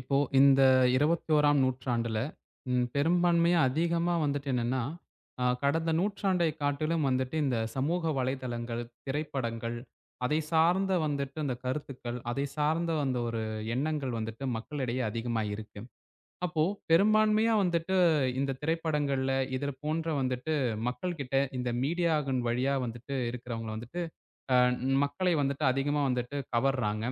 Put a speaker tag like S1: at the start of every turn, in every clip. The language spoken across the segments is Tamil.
S1: இப்போ இந்த 21ஆம் நூற்றாண்டுல, பெரும்பான்மையா அதிகமா வந்துட்டு என்னன்னா, கடந்த நூற்றாண்டை காட்டிலும் வந்துட்டு இந்த சமூக வலைதளங்கள், திரைப்படங்கள், அதை சார்ந்த வந்துட்டு அந்த கருத்துக்கள், அதை சார்ந்த அந்த ஒரு எண்ணங்கள் வந்துட்டு மக்களிடையே அதிகமா இருக்கு. அப்போ பெரும்பான்மையா வந்துட்டு இந்த திரைப்படங்கள்ல, இதில போன்ற வந்துட்டு மக்கள்கிட்ட இந்த மீடியாவின் வழியா வந்துட்டு இருக்கிறவங்க வந்துட்டு, அ மக்களை வந்துட்டு அதிகமா வந்துட்டு கவர்றாங்க.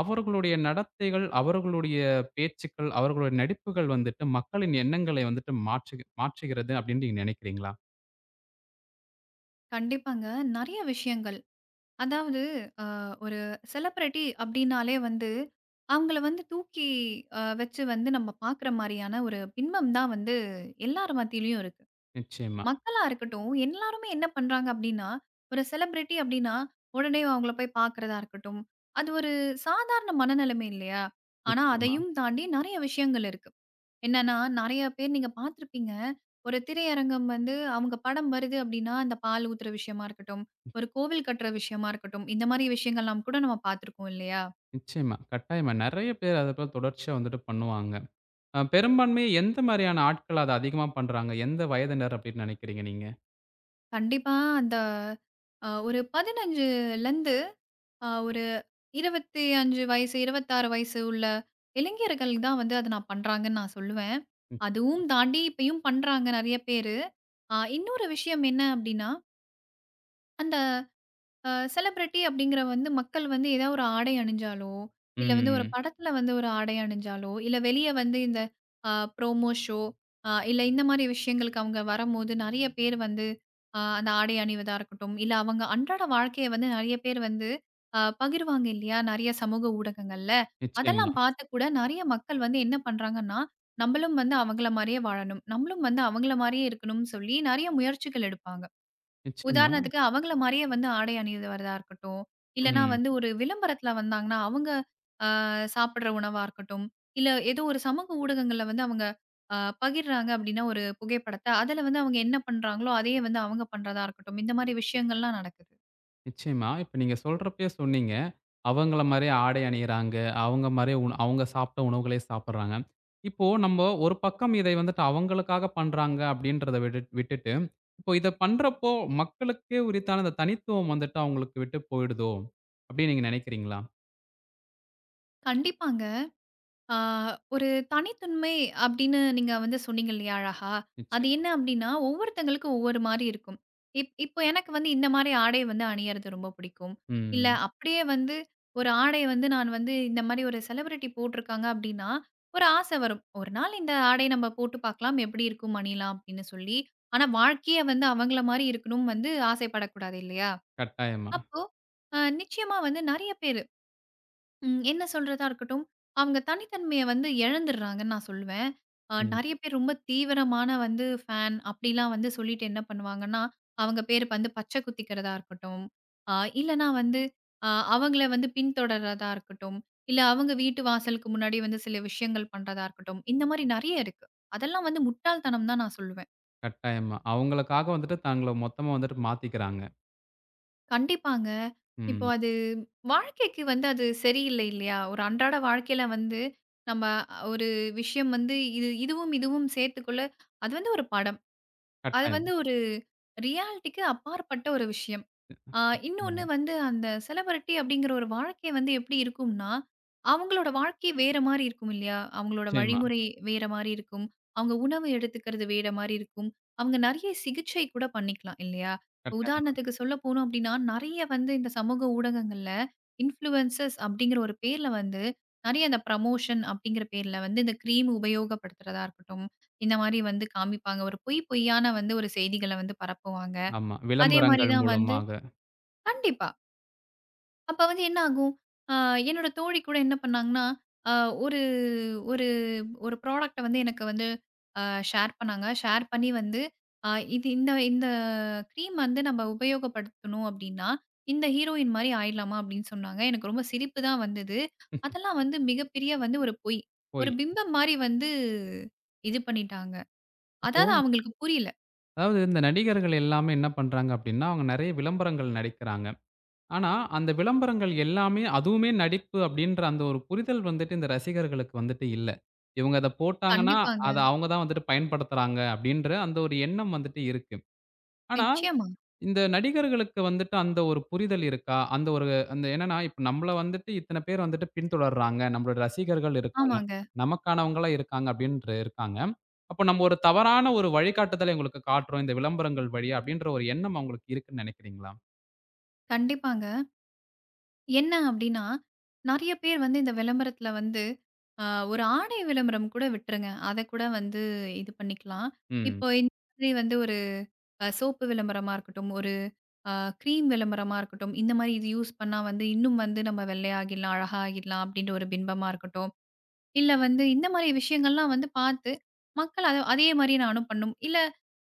S1: அவர்களுடைய நடத்தைகள், அவர்களுடைய பேச்சுக்கள், அவர்களுடைய நடிப்புகள் வந்துட்டு மக்களின் எண்ணங்களை வந்துட்டு மாற்றுகிறது அப்படின்னு நீங்க நினைக்கிறீங்களா?
S2: கண்டிப்பாங்க. நெறைய விஷயங்கள். அதாவது ஒரு செலபிரிட்டி அப்டின்னாலே வந்து, அவங்கள வந்து தூக்கி வச்சு வந்து நம்ம பாக்குற மாரியான ஒரு பின்பம் தான் வந்து எல்லார் மத்தியிலயும் இருக்கு.
S1: நிச்சயமா,
S2: மக்களா இருக்கட்டும், எல்லாருமே என்ன பண்றாங்க அப்டின்னா, ஒரு செலபிரிட்டி அப்டின்னா, உடனே அவங்கள போய் பாக்குறதா இருக்கட்டும். அது ஒரு சாதாரண மனநிலைமை இல்லையா? ஆனா
S1: நிச்சயமா,
S2: அதையும் தாண்டி நெறைய விஷயங்கள் இருக்கு. என்னன்னா, நெறைய பேர் நீங்க பார்த்துருப்பீங்க. ஒரு திரையரங்கம் வந்து அவங்க படம் வருது அப்டின்னா, அந்த பால் ஊத்துற விஷயமா இருக்கட்டும், ஒரு கோவில் கட்டுற விஷயமா இருக்கட்டும், இந்த மாரி விஷயங்கள்லாம் கூட நம்ம பார்த்துருக்கோம் இல்லையா?
S1: நிச்சயமா. கட்டாயமா. நெறைய பேர் அத போல தொடர்ச்சியா வந்துட்டு பண்ணுவாங்க. பெரும்பான்மையா எந்த மாரியான ஆட்கள் அத அதிகமா பண்றாங்க? எந்த வயதினர் அப்படின்னு நினைக்கிறீங்க நீங்க?
S2: கண்டிப்பா அந்த ஒரு 15லருந்து ஒரு 25 வயசு, 26 வயசு உள்ள இளைஞர்கள் தான் வந்து அத நான் பண்றாங்கன்னு நான் சொல்லுவேன்.
S1: ம்.
S2: அதுவும் தாண்டி இப்பயும் பண்றாங்க நெறைய பேரு. இன்னொரு விஷயம் என்ன அப்டின்னா, அந்த செலிபிரிட்டி அப்படிங்கிற வந்து மக்கள் வந்து ஏதாவது ஒரு ஆடை அணிஞ்சாலோ, இல்ல வந்து ஒரு
S1: ம்.
S2: படத்துல வந்து ஒரு ஆடை அணிஞ்சாலோ, இல்ல வெளிய வந்து இந்த அ ப்ரோமோ ஷோ இல்ல இந்த மாரி விஷயங்களுக்கு அவங்க வரம்போது நெறைய பேர் வந்து அந்த ஆடை அணிவதா இருக்கட்டும், இல்ல அவங்க அன்றாட வாழ்க்கைய வந்து நெறைய பேர் வந்து பகிர்வாங்க இல்லையா? நெறைய சமூக ஊடகங்கள்ல.
S1: நிச்சயமா,
S2: அதெல்லாம் பார்த்து கூட நெறைய மக்கள் வந்து என்ன பண்றாங்கன்னா, நம்பளும் வந்து அவங்கள மாரியே வாழணும். நம்மளும் வந்து அவங்கள மாரியே இருக்கணும்னு சொல்லி நெறைய முயற்சிகள் எடுப்பாங்க.
S1: நிச்சயமா.
S2: உதாரணத்துக்கு அவங்கள மாரியே வந்து ஆடை அணிந்து வரதா இருக்கட்டும். இல்லன்னா
S1: ம்.
S2: வந்து ஒரு விளம்பரத்துல வந்தாங்கன்னா, அவங்க சாப்பிடுற உணவா இருக்கட்டும். இல்ல ஏதோ ஒரு சமூக ஊடகங்கள்ல வந்து அவங்க அ பகிர்றாங்க அப்டின்னா ஒரு புகைப்படத்த, அதுல வந்து அவங்க என்ன பண்றாங்களோ, அதையே வந்து அவங்க பண்றதா இருக்கட்டும். இந்த மாரி விஷயங்கள்லாம் நடக்குது.
S1: நிச்சயமா. இப்ப நீங்க சொல்றப்பயே சொன்னீங்க. அவங்கள மாரியே ஆடை அணியிறாங்க. அவங்க மாரியே அவங்க சாப்பிட்ட உணவுகளே சாப்பிடுறாங்க. இப்போ நம்ம ஒரு பக்கம் இதை வந்துட்டு அவங்களுக்காக பண்றாங்க அப்படின்றத விட்டுட்டு, இப்போ இத பண்றப்போ மக்களுக்கே உரித்தான அந்த தனித்துவம் வந்துட்டு அவங்களுக்கு விட்டு போயிடுதோ? அப்படின்னு நீங்க நினைக்கிறீங்களா?
S2: கண்டிப்பாங்க. ஆ, ஒரு தனித்தன்மை அப்படின்னு நீங்க வந்து சொன்னீங்க இல்லையா அழகா? அது
S1: நிச்சயமா.
S2: என்ன அப்படின்னா, ஒவ்வொருத்தங்களுக்கும் ஒவ்வொரு மாரி இருக்கும். இப்போ எனக்கு வந்து இந்த மாரி ஆடை வந்து அணியறது ரொம்ப பிடிக்கும். இல்ல
S1: ம்.
S2: அப்படியே வந்து ஒரு ஆடைய வந்து நான் வந்து இந்த மாரி ஒரு செலிபிரிட்டி போட்டிருக்காங்க அப்படின்னா, ஒரு ஆசை வரும். ஒரு நாள் இந்த ஆடை நம்ம போட்டு பார்க்கலாம். எப்படி இருக்கும், அணியலாம் அப்படின்னு சொல்லி. ஆனா வாழ்க்கையே வந்து அவங்கள மாரி இருக்கணும்னு வந்து ஆசைப்படக்கூடாது இல்லையா?
S1: கட்டாயமா.
S2: அப்போ நிச்சயமா வந்து நெறைய பேர் ம். என்ன சொல்றதா இருக்கட்டும், அவங்க தனித்தன்மைய வந்து இழந்துடுறாங்கன்னு நான் சொல்லுவேன்.
S1: ம்.
S2: நெறைய பேர் ரொம்ப தீவிரமான வந்து ஃபேன் அப்படிலாம் வந்து சொல்லிட்டு என்ன பண்ணுவாங்கன்னா, அவங்க பேரு வந்து பச்சை குத்திக்கிறதா இருக்கட்டும், அ இல்லன்னா வந்து அவங்கள வந்து பின்தொடர்றதா இருக்கட்டும், இல்ல அவங்க வீட்டு வாசலுக்கு முன்னாடி வந்து சில விஷயங்கள் பண்றதா இருக்கட்டும், இந்த மாரி நெறைய இருக்கு. அதெல்லாம் வந்து முட்டாள்தனம் தான் நான் சொல்லுவேன்.
S1: கட்டாயமா. அவங்களுக்காக வந்துட்டு தங்கள மொத்தமா வந்துட்டு மாத்திக்கிறாங்க.
S2: கண்டிப்பாங்க. இப்போ
S1: ம்.
S2: அது வாழ்க்கைக்கு வந்து அது சரியில்லை இல்லையா? ஒரு அன்றாட வாழ்க்கையில வந்து நம்ம ஒரு விஷயம் வந்து இது இதுவும் சேர்த்துக்குள்ள அது வந்து ஒரு படம். அது
S1: கட்டாயம்.
S2: வந்து ஒரு ரியாலிட்டிக்கு அப்பாற்பட்ட ஒரு விஷயம். ஆ இன்னொன்னு
S1: ம்.
S2: வந்து அந்த செலபிரிட்டி அப்படிங்கிற ஒரு வாழ்க்கை வந்து எப்படி இருக்கும்னா, அவங்களோட வாழ்க்கை வேற மாரி இருக்கும் இல்லையா? அவங்களோட
S1: நிச்சயமா.
S2: வழிமுறை வேற மாரி இருக்கும். அவங்க உணவு எடுத்துக்கிறது வேற மாரி இருக்கும். அவங்க நெறைய சிகிச்சை கூட பண்ணிக்கலாம் இல்லையா? இப்ப
S1: கட்டாயமா.
S2: உதாரணத்துக்கு சொல்ல போனோம் அப்படின்னா, நெறைய வந்து இந்த சமூக ஊடகங்கள்ல இன்ஃப்ளூயன்சர்ஸ் அப்படிங்கிற ஒரு பேர்ல வந்து நெறைய இந்த ப்ரமோஷன் அப்படிங்கிற பேர்ல வந்து இந்த கிரீம் உபயோகப்படுத்துறதா இருக்கட்டும், இந்த மாரி வந்து காமிப்பாங்க. ஒரு பொய்யான வந்து ஒரு செய்திகள வந்து பரப்புவாங்க.
S1: ஆமா.
S2: அதே மாரி
S1: விளம்பரங்கள்
S2: தான் வந்து
S1: மூலமாக.
S2: கண்டிப்பா. அப்ப வந்து என்ன ஆகும்? அ என்னோட தோழி கூட என்ன பண்ணாங்கன்னா, அ ஒரு ஒரு ஒரு ப்ராடக்ட்ட வந்து எனக்கு வந்து அ ஷேர் பண்ணாங்க. ஷேர் பண்ணி வந்து, அ இது இந்த இந்த கிரீம் வந்து நம்ம உபயோகப்படுத்தணும் அப்டின்னா, இந்த ஹீரோயின் மாரி ஆயிடலாமா அப்டின்னு சொன்னாங்க. எனக்கு ரொம்ப சிரிப்பு தான் வந்தது. அதெல்லாம் வந்து மிகப்பெரிய வந்து ஒரு பொய்.
S1: போய்
S2: ஒரு பிம்பம் மாரி வந்து இது பண்ணிட்டாங்க.
S1: இப்போ
S2: அதாவது அவங்களுக்கு புரியல.
S1: அதாவது இந்த நடிகர்கள் எல்லாமே என்ன பண்றாங்க அப்டின்னா, அவங்க நெறைய விளம்பரங்கள் நடிக்கிறாங்க. ஆனா, அந்த விளம்பரங்கள் எல்லாமே அதுவுமே நடிப்பு அப்டின்ற அந்த ஒரு புரிதல் வந்துட்டு இந்த ரசிகர்களுக்கு வந்துட்டு இல்ல. இவங்க அத போட்டாங்கன்னா, அத
S2: கண்டிப்பாங்க.
S1: அவங்க தான் வந்துட்டு பயன்படுத்துறாங்க அப்டின்ற அந்த ஒரு எண்ணம் வந்துட்டு இருக்கு. ஆனா,
S2: நிச்சயமா.
S1: இந்த நடிகர்களுக்கு வந்துட்டு அந்த ஒரு புரிதல் இருக்கா? அந்த ஒரு அந்த என்னன்னா, இப்ப நம்மள வந்துட்டு இத்தன பேர் வந்துட்டு பின்தொடர்றாங்க. நம்மளோட ரசிகர்கள் இருக்காங்க.
S2: ஆமாங்க.
S1: நமக்கானவங்களா இருக்காங்க அப்டின்ற இருக்காங்க. அப்ப நம்ம ஒரு தவறான ஒரு வழிகாட்டுதலை உங்களுக்கு காட்டுறோம். இந்த விளம்பரங்கள் வழியா அப்டின்ற ஒரு எண்ணம் அவங்களுக்கு இருக்குன்னு நெனைக்கிறீங்களா?
S2: கண்டிப்பாங்க. என்ன அப்டின்னா, நெறைய பேர் வந்து இந்த விளம்பரத்துல வந்து, அ ஒரு ஆடை விளம்பரம் கூட விட்டுருங்க. அத கூட வந்து இது பண்ணிக்கலாம்.
S1: ம்.
S2: இப்போ இந்த மாதிரி வந்து ஒரு சோப்பு விளம்பரமா இருக்கட்டும், ஒரு அ கிரீம் விளம்பரமா இருக்கட்டும், இந்த மாரி இது யூஸ் பண்ணா வந்து இன்னும் வந்து நம்ம வெள்ளையாகிடலாம், அழகாகிடலாம் அப்டின்ற ஒரு பிம்பமா இருக்கட்டும். இல்ல வந்து இந்த மாரி விஷயங்கள்லாம் வந்து பார்த்து, மக்கள் அத அதே மாரி நானும் பண்ணும். இல்ல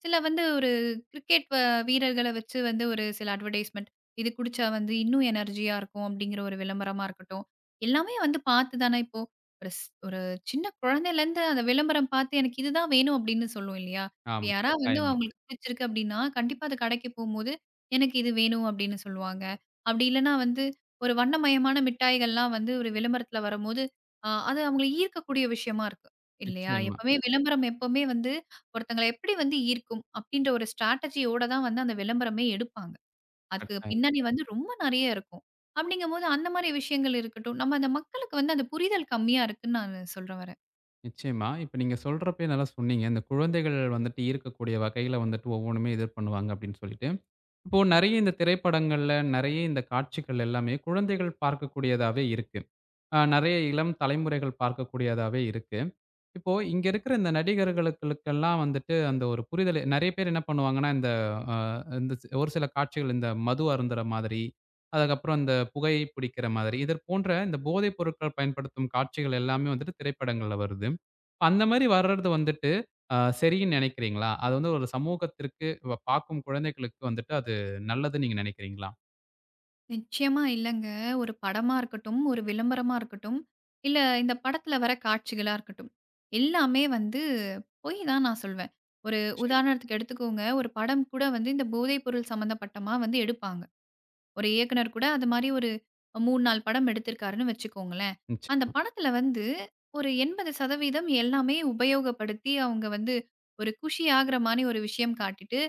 S2: சில வந்து ஒரு கிரிக்கெட் வீரர்கள வச்சு வந்து ஒரு சில அட்வர்டைஸ்மென்ட். இது குடிச்சா வந்து இன்னும் எனர்ஜியா இருக்கும் அப்படிங்கிற ஒரு விளம்பரமா இருக்கட்டும். எல்லாமே வந்து பார்த்து தானே இப்போ ஒரு சின்ன குழந்தையிலேருந்து அந்த விளம்பரம் பார்த்து எனக்கு இதுதான் வேணும் அப்படின்னு சொல்லும் இல்லையா? இப்ப
S1: ஆமா.
S2: யாரா வந்து
S1: கட்டாயமா.
S2: அவங்களுக்கு பிடிச்சிருக்கு அப்படின்னா, கண்டிப்பா அது கடைக்கு போம்போது, எனக்கு இது வேணும் அப்படின்னு சொல்லுவாங்க. அப்படி இல்லன்னா வந்து ஒரு வண்ணமயமான மிட்டாய்கள்லாம் வந்து ஒரு விளம்பரத்துல வரும்போது ஆ அது அவங்கள ஈர்க்கக்கூடிய விஷயமா இருக்கு. இல்லையா?
S1: நிச்சயமா.
S2: எப்பவுமே விளம்பரம் வந்து ஒருத்தங்கள எப்படி வந்து ஈர்க்கும் அப்படின்ற ஒரு ஸ்ட்ராட்டஜியோட தான் வந்து அந்த விளம்பரமே எடுப்பாங்க. அதுக்கு
S1: கட்டாயம்.
S2: பின்னணி வந்து ரொம்ப நெறைய இருக்கும். அப்படிங்கும்போது அந்த மாரி விஷயங்கள் இருக்கட்டும், நம்ம அந்த மக்களுக்கு வந்து அந்த புரிதல் கம்மியா இருக்குன்னு நான் சொல்ல வரேன்.
S1: நிச்சயமா. இப்ப நீங்க சொல்றப்பயே நல்லா சொன்னீங்க. இந்த குழந்தைகள் வந்துட்டு ஈர்க்கக்கூடிய வகையில வந்துட்டு ஒவ்வொன்னுமே இது பண்ணுவாங்க அப்டின்னு சொல்லிட்டு. இப்போ நெறைய இந்த திரைப்படங்கள்ல, நெறைய இந்த காட்சிகள் எல்லாமே குழந்தைகள் பார்க்கக்கூடியதாவே இருக்கு. நெறைய இளம் தலைமுறைகள் பார்க்கக்கூடியதாவே இருக்கு. இப்போ இங்க இருக்கிற இந்த நடிகர்களுக்களுக்கெல்லாம் வந்துட்டு அந்த ஒரு புரிதல் நெறைய பேர் என்ன பண்ணுவாங்கன்னா, இந்த அ இந்த ஒரு சில காட்சிகள் இந்த மது அருந்துற மாதிரி, அதுக்கப்புறம் இந்த புகை பிடிக்கிற மாதிரி, இது போன்ற இந்த போதைப் பொருட்கள் பயன்படுத்தும் காட்சிகள் எல்லாமே வந்துட்டு திரைப்படங்கள்ல வருது. அந்த மாரி வர்றது வந்துட்டு, சரின்னு நினைக்கிறீங்களா? அது வந்து ஒரு சமூகத்திற்கு பார்க்கும் குழந்தைகளுக்கு வந்துட்டு அது நல்லதுன்னு நீங்க நினைக்கிறீங்களா?
S2: நிச்சயமா இல்லங்க. ஒரு படமா இருக்கட்டும், ஒரு விளம்பரமா இருக்கட்டும், இல்ல இந்த படத்துல வர காட்சிகளா இருக்கட்டும், எல்லாமே வந்து பொய் தான் நான் சொல்வேன். ஒரு
S1: நிச்சயமா.
S2: உதாரணத்துக்கு எடுத்துக்கோங்க, ஒரு படம் கூட வந்து இந்த போதைப்பொருள் சம்மந்தப்பட்டமா வந்து எடுப்பாங்க. ஒரு இயக்குனர் கூட அது மாரி ஒரு 3, 4 படம் எடுத்திருக்காருன்னு வச்சுக்கோங்களேன். அந்த
S1: நிச்சயமா.
S2: படத்துல வந்து ஒரு 80% எல்லாமே உபயோகப்படுத்தி அவங்க வந்து ஒரு குஷி ஆகுற மாரி ஒரு விஷயம் காட்டிட்டு,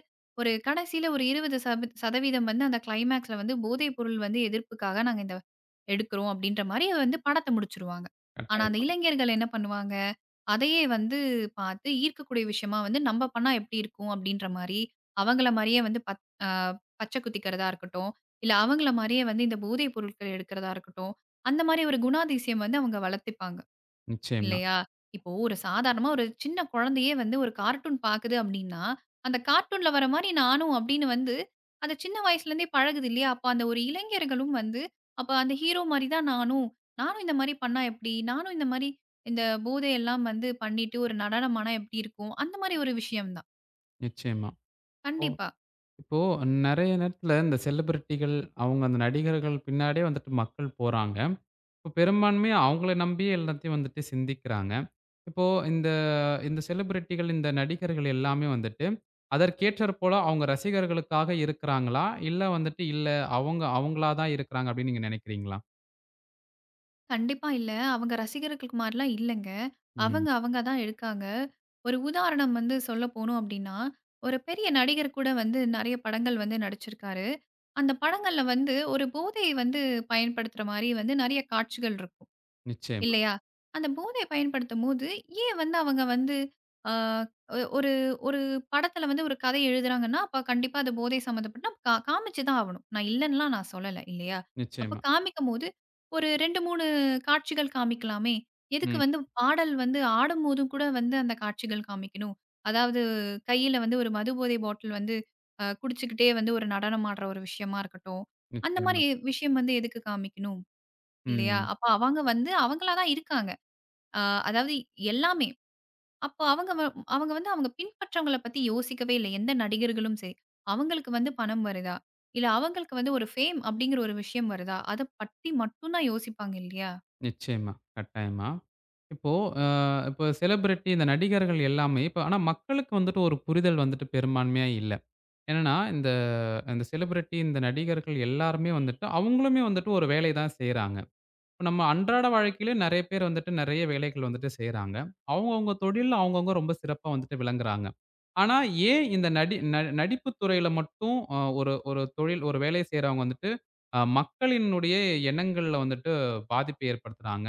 S2: ஒரு கடைசியில ஒரு 20% வந்து அந்த கிளைமாக்ஸ்ல வந்து போதைப் பொருள் வந்து எதிர்ப்புக்காக நாங்க இந்த எடுக்கிறோம் அப்படின்ற மாரி வந்து படத்த முடிச்சுருவாங்க. ஆனா
S1: கட்டாயம்.
S2: அந்த
S1: கட்டாயமா.
S2: இளைஞர்கள் என்ன பண்ணுவாங்க, அதையே வந்து பார்த்து ஈர்க்கக்கூடிய விஷயமா வந்து நம்ம பண்ணா எப்படி இருக்கும் அப்படின்ற மாரி, அவங்கள மாரியே வந்து பத் அ பச்சை குத்திக்கிறதா இருக்கட்டும். இல்ல அவங்கள மாரியே வந்து இந்த போதை பொருட்கள் எடுக்கிறதா இருக்கட்டும், அந்த மாரி ஒரு குணாதிசயம் வந்து அவங்க வளர்த்திப்பாங்க
S1: நிச்சயமா,
S2: இல்லையா? இப்போ ஒரு சாதாரணமா ஒரு சின்ன குழந்தையே வந்து ஒரு கார்ட்டூன் பாக்குது அப்டின்னா, அந்த கார்ட்டூன்ல வர மாரி நானும் அப்டின்னு வந்து அந்த சின்ன வயசுலேருந்தே பழகுது இல்லையா? அப்ப அந்த ஒரு இளைஞர்களும் வந்து அப்ப அந்த ஹீரோ மாரி தான் நானும். நானும் இந்த மாரி பண்ணா எப்டி? நானும் இந்த மாரி இந்த போதையெல்லாம் வந்து பண்ணிட்டு ஒரு நடனம் ஆனா எப்டி இருக்கும்? அந்த மாரி ஒரு விஷயம் தான்.
S1: நிச்சயமா. இப்போ
S2: கண்டிப்பா.
S1: இப்போ நெறைய நேரத்துல இந்த செலிபிரிட்டிகள், அவங்க அந்த நடிகர்கள் பின்னாடியே வந்துட்டு மக்கள் போறாங்க. இப்ப பெரும்பான்மையா அவங்கள நம்பியே எல்லாத்தையும் வந்துட்டு சிந்திக்கிறாங்க. இப்போ இந்த இந்த செலிபிரிட்டிகள், இந்த நடிகர்கள் எல்லாமே வந்துட்டு, அதற்கேற்றாற் போல அவங்க ரசிகர்களுக்காக இருக்கிறாங்களா? இல்ல வந்துட்டு இல்ல அவங்க அவங்களா தான் இருக்கிறாங்க அப்படின்னு நீங்க நினைக்கிறீங்களா?
S2: கண்டிப்பா இல்ல. அவங்க ரசிகர்களுக்கு மாரிலாம் இல்லங்க.
S1: ம்.
S2: அவங்க, அவங்க தான் எடுக்காங்க. ஒரு உதாரணம் வந்து சொல்ல போனோம் அப்டின்னா, ஒரு பெரிய நடிகர் கூட வந்து நெறைய படங்கள் வந்து நடிச்சிருக்காரு. அந்த படங்கள்ல வந்து ஒரு போதை வந்து பயன்படுத்துற மாரி வந்து நெறைய காட்சிகள் இருக்கும்.
S1: நிச்சயமா,
S2: இல்லையா? அந்த போதைய பயன்படுத்தும்போது, ஏன் வந்து அவங்க வந்து ஆ ஒ ஒரு ஒரு படத்துல வந்து ஒரு கதை எழுதுறாங்கன்னா, அப்ப கண்டிப்பா அது போதை சம்மந்தப்பட்ட காமிச்சு தான் ஆவணும். நான் இல்லன்னுலாம் நான் சொல்லல, இல்லையா? அப்ப
S1: நிச்சயமா.
S2: காமிக்கும்போது ஒரு 2, 3 காட்சிகள் காமிக்கலாமே! எதுக்கு
S1: ம்.
S2: வந்து பாடல் வந்து ஆடும்போதும் கூட வந்து அந்த காட்சிகள் காமிக்கணும்? அதாவது கையில வந்து ஒரு மதுபோதை பாட்டில் வந்து குடிச்சுக்கிட்டே வந்து ஒரு நடனம் ஆடுற ஒரு விஷயமா இருக்கட்டும். அந்த
S1: நிச்சயமா.
S2: மாரி விஷயம் வந்து எதுக்கு காமிக்கணும்? இல்லையா?
S1: ம்.
S2: அப்ப அவங்க வந்து அவங்களா தான் இருக்காங்க. அ அதாவது எல்லாமே. அப்ப அவங்க வந்து அவங்க பின்பற்றவங்கள பத்தி யோசிக்கவே இல்ல. எந்த நடிகர்களும் சரி. அவங்களுக்கு வந்து பணம் வருதா? இல்ல அவங்களுக்கு வந்து ஒரு ஃபேம் அப்படிங்கிற ஒரு விஷயம் வருதா? அத பத்தி மட்டும் தான் யோசிப்பாங்க இல்லையா?
S1: நிச்சயமா. கட்டாயமா. இப்போ அ இப்போ செலிபிரிட்டி இந்த நடிகர்கள் எல்லாமே இப்ப ஆனா மக்களுக்கு வந்துட்டு ஒரு புரிதல் வந்துட்டு பெரும்பான்மையா இல்ல. என்னன்னா, இந்த இந்த செலிபிரிட்டி, இந்த நடிகர்கள் எல்லாருமே வந்துட்டு, அவங்களுமே வந்துட்டு ஒரு வேலை தான் செய்றாங்க. இப்ப நம்ம அன்றாட வாழ்க்கையிலே நெறைய பேர் வந்துட்டு நெறைய வேலைகள் வந்துட்டு செய்றாங்க. அவங்கவங்க தொழில்ல அவங்கவங்க ரொம்ப சிறப்பா வந்துட்டு விளங்குறாங்க. ஆனா ஏன் இந்த நடிப்பு துறையில மட்டும் ஒரு ஒரு தொழில் ஒரு வேலை செய்றவங்க வந்துட்டு மக்களினுடைய எண்ணங்கள்ல வந்துட்டு பாதிப்பை ஏற்படுத்துறாங்க.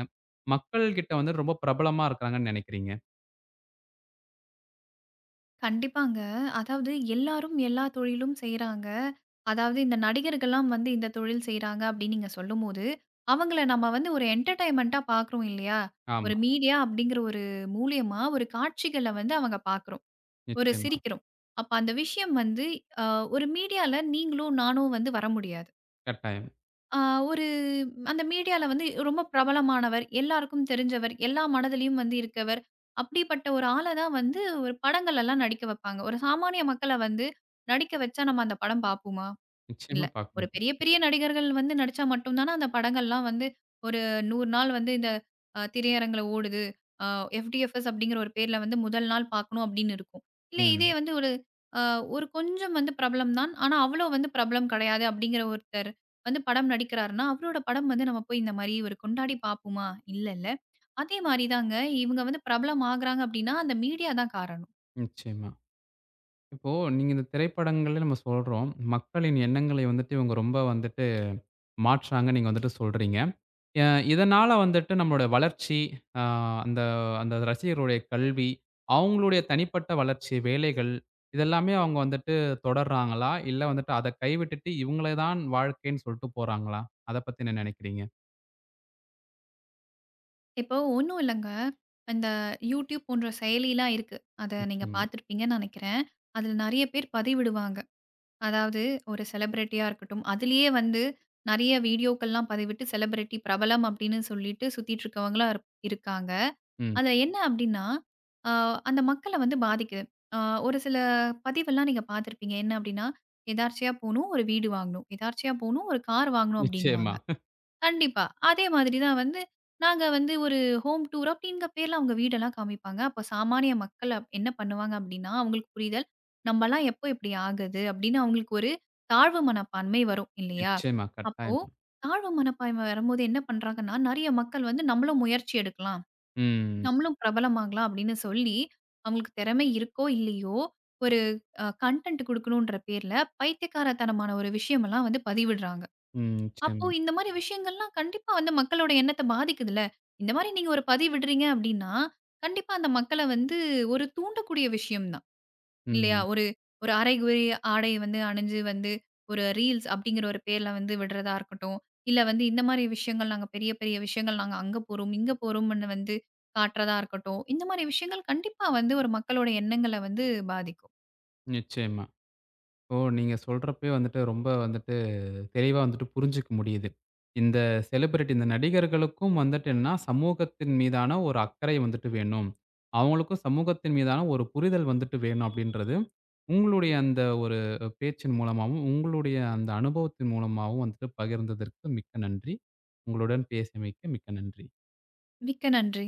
S1: மக்கள் கிட்ட வந்து ரொம்ப பிரபலமா இருக்கிறாங்கன்னு நெனைக்கிறீங்க?
S2: கண்டிப்பாங்க. அதாவது எல்லாரும் எல்லா தொழிலும் செய்றாங்க. அதாவது இந்த நடிகர்கள்லாம் வந்து இந்த தொழில் செய்றாங்க அப்படின்னு நீங்க சொல்லும்போது, அவங்கள நம்ம வந்து ஒரு என்டர்டெயின்மென்ட்டா பார்க்குறோம் இல்லையா?
S1: ஆமா.
S2: ஒரு மீடியா அப்படிங்கிற ஒரு மூலியமா ஒரு காட்சிகள வந்து அவங்க பார்க்குறோம். ஒரு
S1: நிச்சயமா.
S2: சிரிக்கிறோம். அப்ப அந்த விஷயம் வந்து அ ஒரு மீடியால நீங்களும் நானும் வந்து வர முடியாது.
S1: கட்டாயம்.
S2: அ ஒரு அந்த மீடியால வந்து ரொம்ப பிரபலமானவர், எல்லாருக்கும் தெரிஞ்சவர், எல்லா மனதிலயும் வந்து இருக்கவர், அப்படிப்பட்ட ஒரு ஆள தான் வந்து ஒரு படங்கள் எல்லாம் நடிக்க வைப்பாங்க. ஒரு சாமானிய மக்கள வந்து நடிக்க வச்சா நம்ம அந்த படம் பார்ப்போமா?
S1: நிச்சயமா
S2: இல்ல. ஒரு
S1: பார்க்கணும்.
S2: பெரிய பெரிய நடிகர்கள் வந்து நடிச்சா மட்டும் தான, அந்த படங்கள்லாம் வந்து ஒரு 100 நாள் வந்து இந்த திரையரங்குல ஓடுது. அ எஃப்டிஎஃப்எஸ் அப்படிங்கிற ஒரு பேர்ல வந்து முதல் நாள் பார்க்கணும் அப்படின்னு இருக்கும். இல்ல இதே
S1: ம்.
S2: வந்து அ ஒரு கொஞ்சம் வந்து பிரபலம் தான். ஆனா, அவ்வளோ வந்து பிரபலம் கிடையாது அப்படிங்கிற ஒருத்தர் வந்து படம் நடிக்கிறாருன்னா, அவரோட படம் வந்து நம்ம போய் இந்த மாரி ஒரு கொண்டாடி பார்ப்போமா? இல்லல்ல. அதே மாரி தாங்க. இவங்க வந்து பிரபலம் ஆகுறாங்க அப்படின்னா, அந்த மீடியா தான் காரணம்.
S1: நிச்சயமா. இப்போ நீங்க இந்த திரைப்படங்கள்ல நம்ம சொல்றோம். மக்களின் எண்ணங்களை வந்துட்டு இவங்க ரொம்ப வந்துட்டு மாற்றாங்கன்னு நீங்க வந்துட்டு சொல்றீங்க. அ இதனால வந்துட்டு நம்மளோட வளர்ச்சி, அ அந்த அந்த ரசிகர்களுடைய கல்வி, அவங்களுடைய தனிப்பட்ட வளர்ச்சி, வேலைகள் இதெல்லாமே அவங்க வந்துட்டு தொடர்றாங்களா? இல்ல வந்துட்டு அத கைவிட்டுட்டு இவங்களே தான் வாழ்க்கைன்னு சொல்ட்டு போறாங்களா? அத பத்தி என்ன நினைக்கிறீங்க?
S2: இப்போ ஒண்ணும் இல்லங்க. அந்த யூடியூப் போன்ற செயலிலாம் இருக்கு. அத நீங்க
S1: நிச்சயமா.
S2: பார்த்துருப்பீங்கன்னு நெனைக்கிறேன். அதுல நெறைய பேர் பதிவிடுவாங்க. அதாவது ஒரு செலிபிரிட்டியா இருக்கட்டும், அதிலேயே வந்து நெறைய வீடியோக்கள்லாம் பதிவிட்டு செலிபிரிட்டி பிரபலம் அப்படின்னு சொல்லிட்டு சுத்திட்டு இருக்கவங்களா இருக்காங்க.
S1: ம்.
S2: அதுல என்ன அப்படின்னா, அ அந்த மக்கள வந்து பாதிக்குது. அ ஒரு சில பதிவெல்லாம் நீங்க பார்த்துருப்பீங்க. என்ன அப்படின்னா, எதார்ச்சையா போணும், ஒரு வீடு வாங்கணும். எதார்ச்சையா போணும், ஒரு கார் வாங்கணும்
S1: நிச்சயமா,
S2: அப்படின்னுவாங்க. கண்டிப்பா. அதே மாதிரி தான் வந்து நாங்க வந்து ஒரு ஹோம் டூர் அப்படிங்கிற பேர்ல அவங்க வீடெல்லாம் காமிப்பாங்க. அப்ப சாமானிய மக்கள் என்ன பண்ணுவாங்க அப்படின்னா, அவங்களுக்கு புரிதல், "நம்பலாம் எப்போ இப்படி ஆகுது?" அப்படின்னு அவங்களுக்கு ஒரு தாழ்வு மனப்பான்மை வரும் இல்லையா?
S1: நிச்சயமா.
S2: அப்போ
S1: கட்டாயமா.
S2: தாழ்வு மனப்பான்மை வரும்போது என்ன பண்றாங்கன்னா, நெறைய மக்கள் வந்து நம்மளும் முயற்சி எடுக்கலாம்,
S1: ம்.
S2: நம்மளும் பிரபலமாகலாம் அப்படின்னு சொல்லி, அவங்களுக்கு திறமை இருக்கோ இல்லையோ, ஒரு கன்டென்ட் குடுக்கணுன்ற பேர்ல பைத்தியக்காரத்தனமான ஒரு விஷயமெல்லாம் வந்து பதிவிடுறாங்க.
S1: ம்.
S2: அப்போ
S1: நிச்சயமா.
S2: இந்த மாரி விஷயங்கள்லாம் கண்டிப்பா வந்து மக்களோட எண்ணத்த பாதிக்குதுல்ல. இந்த மாரி நீங்க ஒரு பதிவிடுறீங்க அப்டின்னா, கண்டிப்பா அந்த மக்கள வந்து ஒரு தூண்டக்கூடிய விஷயம் தான். இல்லையா?
S1: ம்.
S2: ஒரு ஒரு அரைகுறை ஆடை வந்து அணிஞ்சு வந்து ஒரு ரீல்ஸ் அப்படிங்கிற ஒரு பேர்ல வந்து விடுறதா இருக்கட்டும். இல்ல வந்து இந்த மாரி விஷயங்கள் நாங்க பெரிய பெரிய விஷயங்கள் நாங்க அங்க போறோம், இங்க போறோம்ன்னு வந்து காட்டுறதா இருக்கட்டும். இந்த மாரி விஷயங்கள் கண்டிப்பா வந்து ஒரு மக்களோட எண்ணங்கள வந்து பாதிக்கும்.
S1: நிச்சயமா. ஓ! நீங்க சொல்றப்பயே வந்துட்டு ரொம்ப வந்துட்டு தெளிவா வந்துட்டு புரிஞ்சுக்க முடியுது. இந்த செலிபிரிட்டி இந்த நடிகர்களுக்கும் வந்துட்டு என்னன்னா, சமூகத்தின் மீதான ஒரு அக்கறை வந்துட்டு வேணும். அவங்களுக்கும் சமூகத்தின் மீதான ஒரு புரிதல் வந்துட்டு வேணும் அப்படின்றது, உங்களுடைய அந்த ஒரு பேச்சின் மூலமாவும், உங்களுடைய அந்த அனுபவத்தின் மூலமாவும் வந்துட்டு பகிர்ந்ததற்கு மிக்க நன்றி. உங்களுடன் பேசியமைக்கு மிக்க நன்றி.
S2: மிக்க நன்றி.